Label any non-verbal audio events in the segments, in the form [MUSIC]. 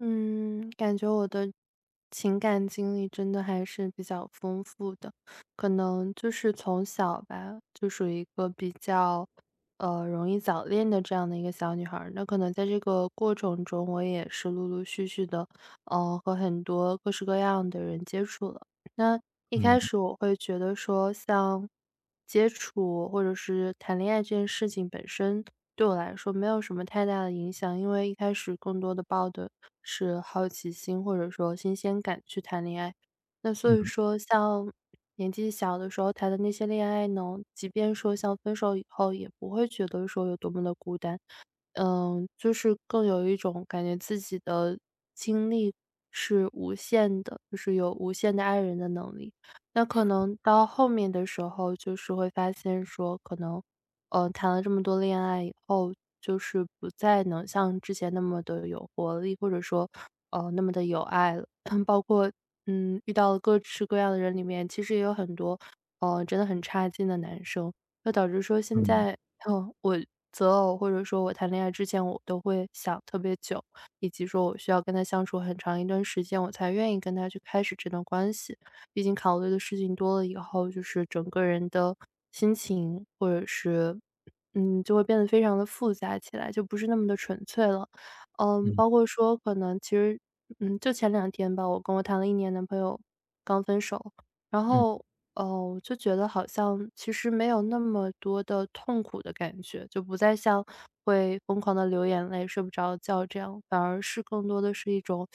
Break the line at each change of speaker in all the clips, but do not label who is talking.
嗯，感觉我的情感经历真的还是比较丰富的，可能就是从小吧，就属于一个比较，容易早恋的这样的一个小女孩儿。那可能在这个过程中，我也是陆陆续续的，和很多各式各样的人接触了。那一开
嗯
始我会觉得说，像接触或者是谈恋爱这件事情本身，对我来说没有什么太大的影响，因为一开始更多的抱的是好奇心或者说新鲜感去谈恋爱。那所以
嗯
说像年纪小的时候谈的那些恋爱呢，即便说像分手以后也不会觉得说有多么的孤单。就是更有一种感觉自己的精力是无限的，就是有无限的爱人的能力。那可能到后面的时候，就是会发现说，可能，谈了这么多恋爱以后，就是不再能像之前那么的有活力，或者说，那么的有爱了。[LAUGHS] [CLEARS THROAT] 包括，遇到了各式各样的人里面，其实也有很多，真的很差劲的男生。就导致说现
嗯
在，我择偶或者说我谈恋爱之前，我都会想特别久，以及说我需要跟他相处很长一段时间，我才愿意跟他去开始这段关系。毕竟考虑的事情多了以后，就是整个人的心情或者是，就会变得非常的复杂起来，就不是那么的纯粹了。
嗯
包括说可能其实就前两天吧，我跟我谈了一年男朋友刚分手，然
嗯
后哦，就觉得好像其实没有那么多的痛苦的感觉，就不再像会疯狂的流眼泪、睡不着觉这样，反而是更多的是一种，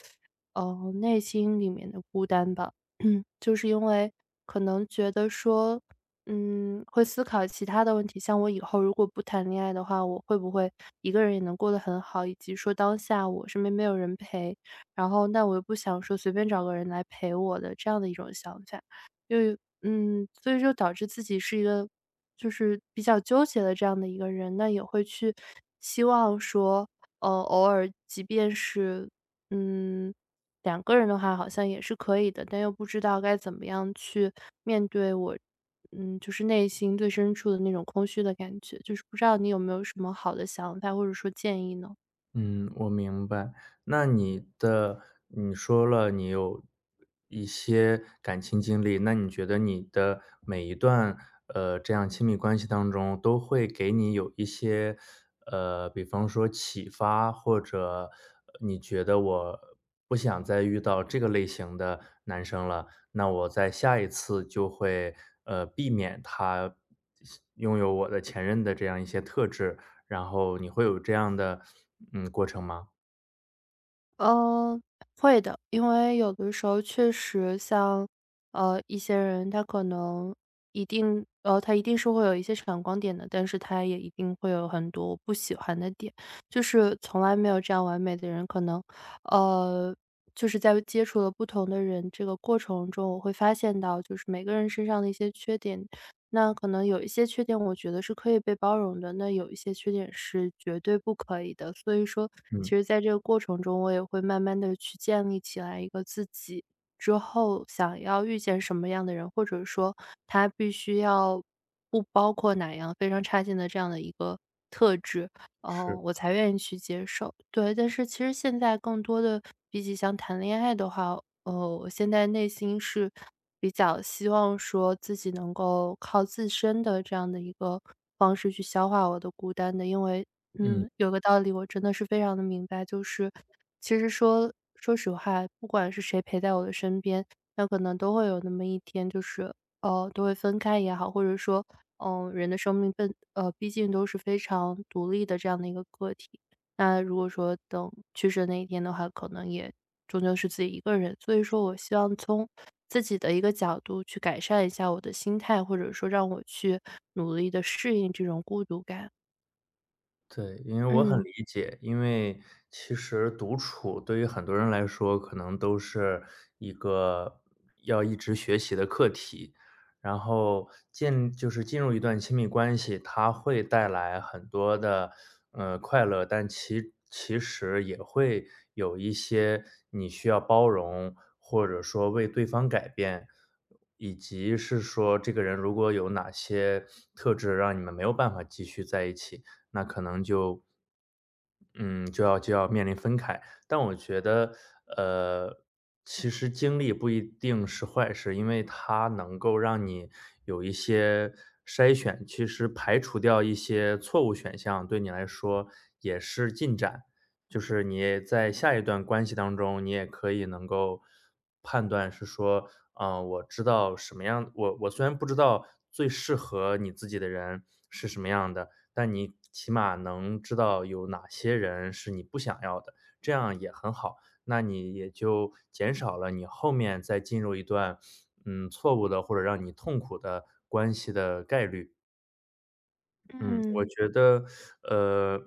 内心里面的孤单吧。[CLEARS THROAT] 就是因为可能觉得说，会思考其他的问题，像我以后如果不谈恋爱的话，我会不会一个人也能过得很好，以及说当下我身边没有人陪，然后那我又不想说随便找个人来陪我的这样的一种想法。因为。所以就导致自己是一个就是比较纠结的这样的一个人，那也会去希望说，偶尔即便是，嗯，两个人的话好像也是可以的，但又不知道该怎么样去面对我，就是内心最深处的那种空虚的感觉，就是不知道你有没有什么好的想法或者说建议呢？
嗯，我明白。那你的你说了你有一些感情经历，那你觉得你的每一段，这样亲密关系当中都会给你有一些，比方说启发，或者你觉得我不想再遇到这个类型的男生了，那我在下一次就会，避免他拥有我的前任的这样一些特质。然后你会有这样的，过程吗？
嗯，会的，因为有的时候确实像，一些人他可能一定，他一定是会有一些闪光点的，但是他也一定会有很多我不喜欢的点，就是从来没有这样完美的人，可能，呃，就是在接触了不同的人这个过程中，我会发现到就是每个人身上的一些缺点，那可能有一些缺点，我觉得是可以被包容的，那有一些缺点是绝对不可以的。所以说，其
嗯，
实在这个过程中，我也会慢慢的去建立起来一个自己之后想要遇见什么样的人，或者说他必须要不包括哪样非常差劲的这样的一个特质。
是，
哦，我才愿意去接受。对，但是其实现在更多的比起像谈恋爱的话，我现在内心是比较希望说自己能够靠自身的这样的一个方式去消化我的孤单的。因为，
嗯。
有个道理我真的是非常的明白，就是其实说说实话，不管是谁陪在我的身边，那可能都会有那么一天，就是哦，都会分开也好，或者说人的生命毕竟都是非常独立的这样的一个个体。那如果说等去世那一天的话，可能也终究是自己一个人。所以说我希望从自己的一个角度去改善一下我的心态，或者说让我去努力的适应这种孤独感。
对，因为我很
嗯
理解，因为其实独处对于很多人来说，可能都是一个要一直学习的课题。然后进就是进入一段亲密关系，它会带来很多的快乐，但其实也会有一些你需要包容，或者说为对方改变，以及是说这个人如果有哪些特质让你们没有办法继续在一起。那可能就嗯，就要面临分开。但我觉得，呃，其实经历不一定是坏事，因为它能够让你有一些筛选，其实排除掉一些错误选项，对你来说也是进展。就是你也在下一段关系当中，你也可以能够判断是说，我知道什么样，我虽然不知道最适合你自己的人是什么样的，但你起码能知道有哪些人是你不想要的，这样也很好。那你也就减少了你后面再进入一段，错误的或者让你痛苦的关系的概率。嗯，我
嗯
觉得，呃，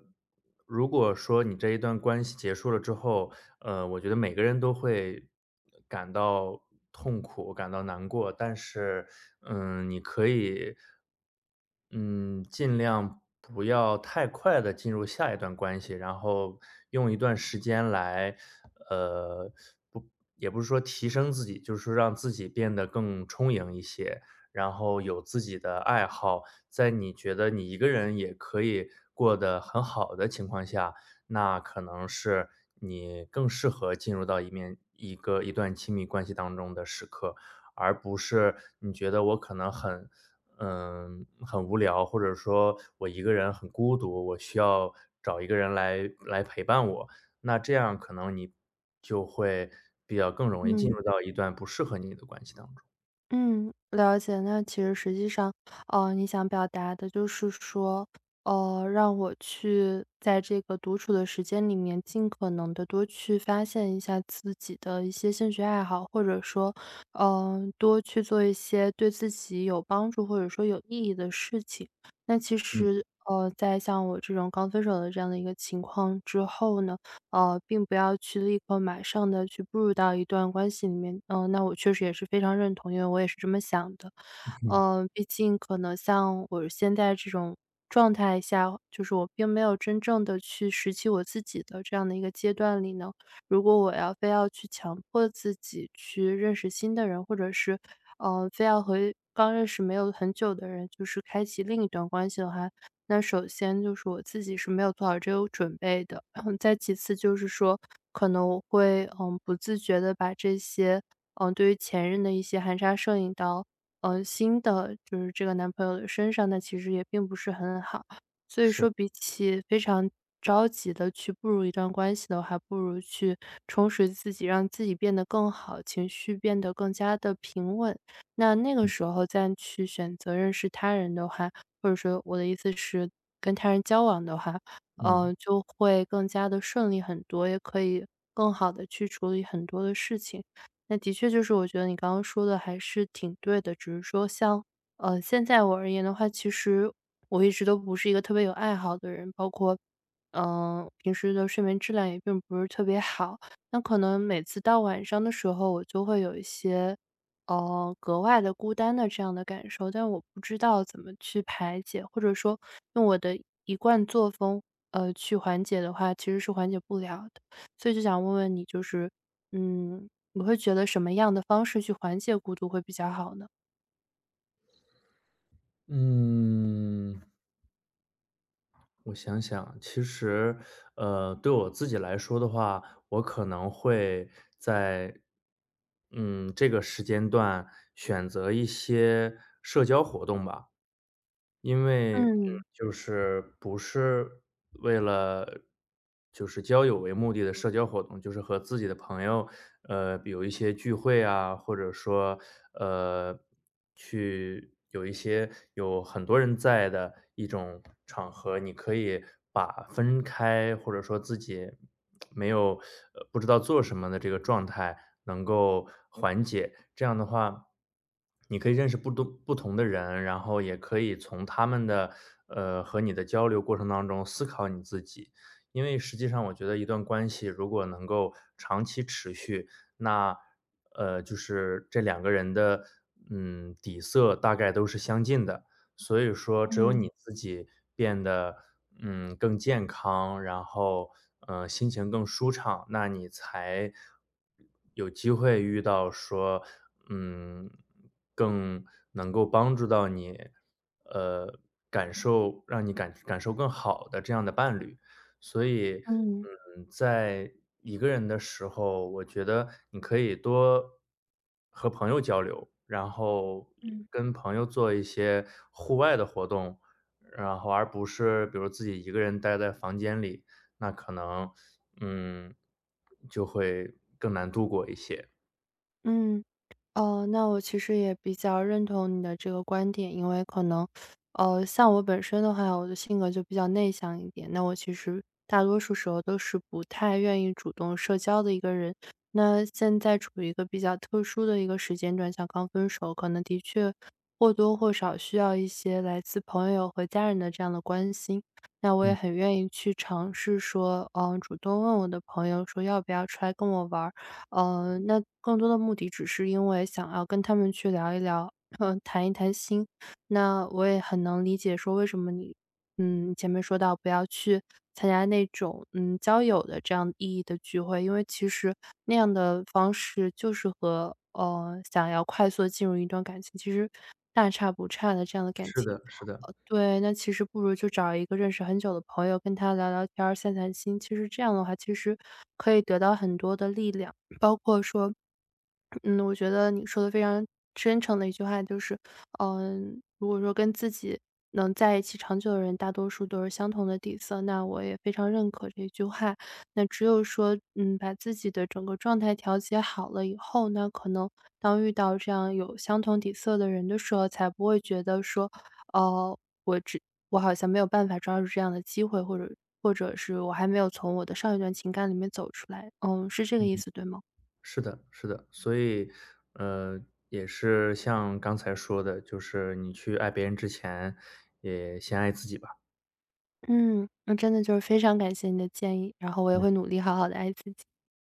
如果说你这一段关系结束了之后，我觉得每个人都会感到痛苦、感到难过，但是，你嗯，尽量不要太快的进入下一段关系，然后用一段时间来，呃，不也不是说提升自己，就是说让自己变得更充盈一些，然后有自己的爱好，在你觉得你一个人也可以过得很好的情况下，那可能是你更适合进入到一面一个一段亲密关系当中的时刻。而不是你觉得我可能很很无聊，或者说我一个人很孤独，我需要找一个人来陪伴我。那这样可能你就会比较更容易进
嗯。
入到一段不适合你的关系当中。
嗯，了解。那其实实际上，你想表达的就是说，让我去在这个独处的时间里面，尽可能的多去发现一下自己的一些兴趣爱好，或者说，多去做一些对自己有帮助或者说有意义的事情。那其
嗯
实，在像我这种刚分手的这样的一个情况之后呢，并不要去立刻马上的去步入到一段关系里面。嗯，那我确实也是非常认同，因为我也是这么想的。
嗯，
毕竟可能像我现在这种状态下，就是我并没有真正的去拾起我自己的这样的一个阶段里呢，如果我要非要去强迫自己去认识新的人，或者是，非要和刚认识没有很久的人，就是开启另一段关系的话，那首先就是我自己是没有做好这个准备的，然后再其次就是说，可能我会不自觉的把这些对于前任的一些含沙射影到新的就是这个男朋友的身上，那其实也并不是很好。所以
是，
说，比起非常着急的去步入一段关系的话，还不如去充实自己，让自己变得更好，情绪变得更加的平稳。那那个
嗯
时候再去选择认识他人的话，或者说我的意思是跟他人交往的话，
嗯。
就会更加的顺利很多，也可以更好的去处理很多的事情。那的确就是我觉得你刚刚说的还是挺对的，只是说像，现在我而言的话，其实我一直都不是一个特别有爱好的人，包括，嗯，平时的睡眠质量也并不是特别好。那可能每次到晚上的时候，我就会有一些格外的孤单的这样的感受，但我不知道怎么去排解，或者说用我的一贯作风，去缓解的话，其实是缓解不了的。所以就想问问你，就是，你会觉得什么样的方式去缓解孤独会比较好呢？
嗯。我想想，其实，对我自己来说的话，我可能会在，这个时间段选择一些社交活动吧。因为
嗯，
就是不是为了就是交友为目的的社交活动，就是和自己的朋友，有一些聚会啊，或者说，呃，去有一些有很多人在的一种场合，你可以把分开或者说自己没有不知道做什么的这个状态能够缓解。这样的话你可以认识不同的人，然后也可以从他们的和你的交流过程当中思考你自己。因为实际上，我觉得一段关系如果能够长期持续，那就是这两个人的底色大概都是相近的，所以说只有
嗯，
你自己变得，更健康，然后心情更舒畅，那你才有机会遇到说，嗯，更能够帮助到你，呃，感受让你感受更好的这样的伴侣。所以，
嗯，
在一个人的时候，我觉得你可以多和朋友交流，然后
嗯。
跟朋友做一些户外的活动，然后而不是比如自己一个人待在房间里，那可能，嗯，就会更难度过一些。
嗯，哦，那我其实也比较认同你的这个观点，因为可能，像我本身的话，我的性格就比较内向一点，那我其实大多数时候都是不太愿意主动社交的一个人。那现在处于一个比较特殊的一个时间段，像刚分手，可能的确或多或少需要一些来自朋友和家人的这样的关心。那我也
嗯，
很愿意去尝试说，主动问我的朋友说要不要出来跟我玩儿。那更多的目的只是因为想要跟他们去聊一聊，谈一谈心。那我也很能理解说为什么你，前面说到不要去参加那种交友的这样意义的聚会，因为其实那样的方式就是和想要快速地进入一段感情，其实大差不差的这样的感
是
情。
的，是的，
对，那其实不如就找一个认识很久的朋友，跟他聊聊天儿、散散心。其实这样的话，其实可以得到很多的力量，包括说，我觉得你说的非常真诚的一句话就是，如果说跟自己能在一起长久的人，大多数都是相同的底色，那我也非常认可这一句话。那只有说，把自己的整个状态调节好了以后，那可能当遇到这样有相同底色的人的时候，才不会觉得说。哦，我只我好像没有办法抓住这样的机会，或者或者是我还没有从我的上一段情感里面走出来。嗯，是这个意思，对吗？
是的，是的，所以，呃，也是像刚才说的，就是你去爱别人之前，也先爱自己吧。
嗯，那真的就是非常感谢你的建议，然后我也会努力好好的爱自己。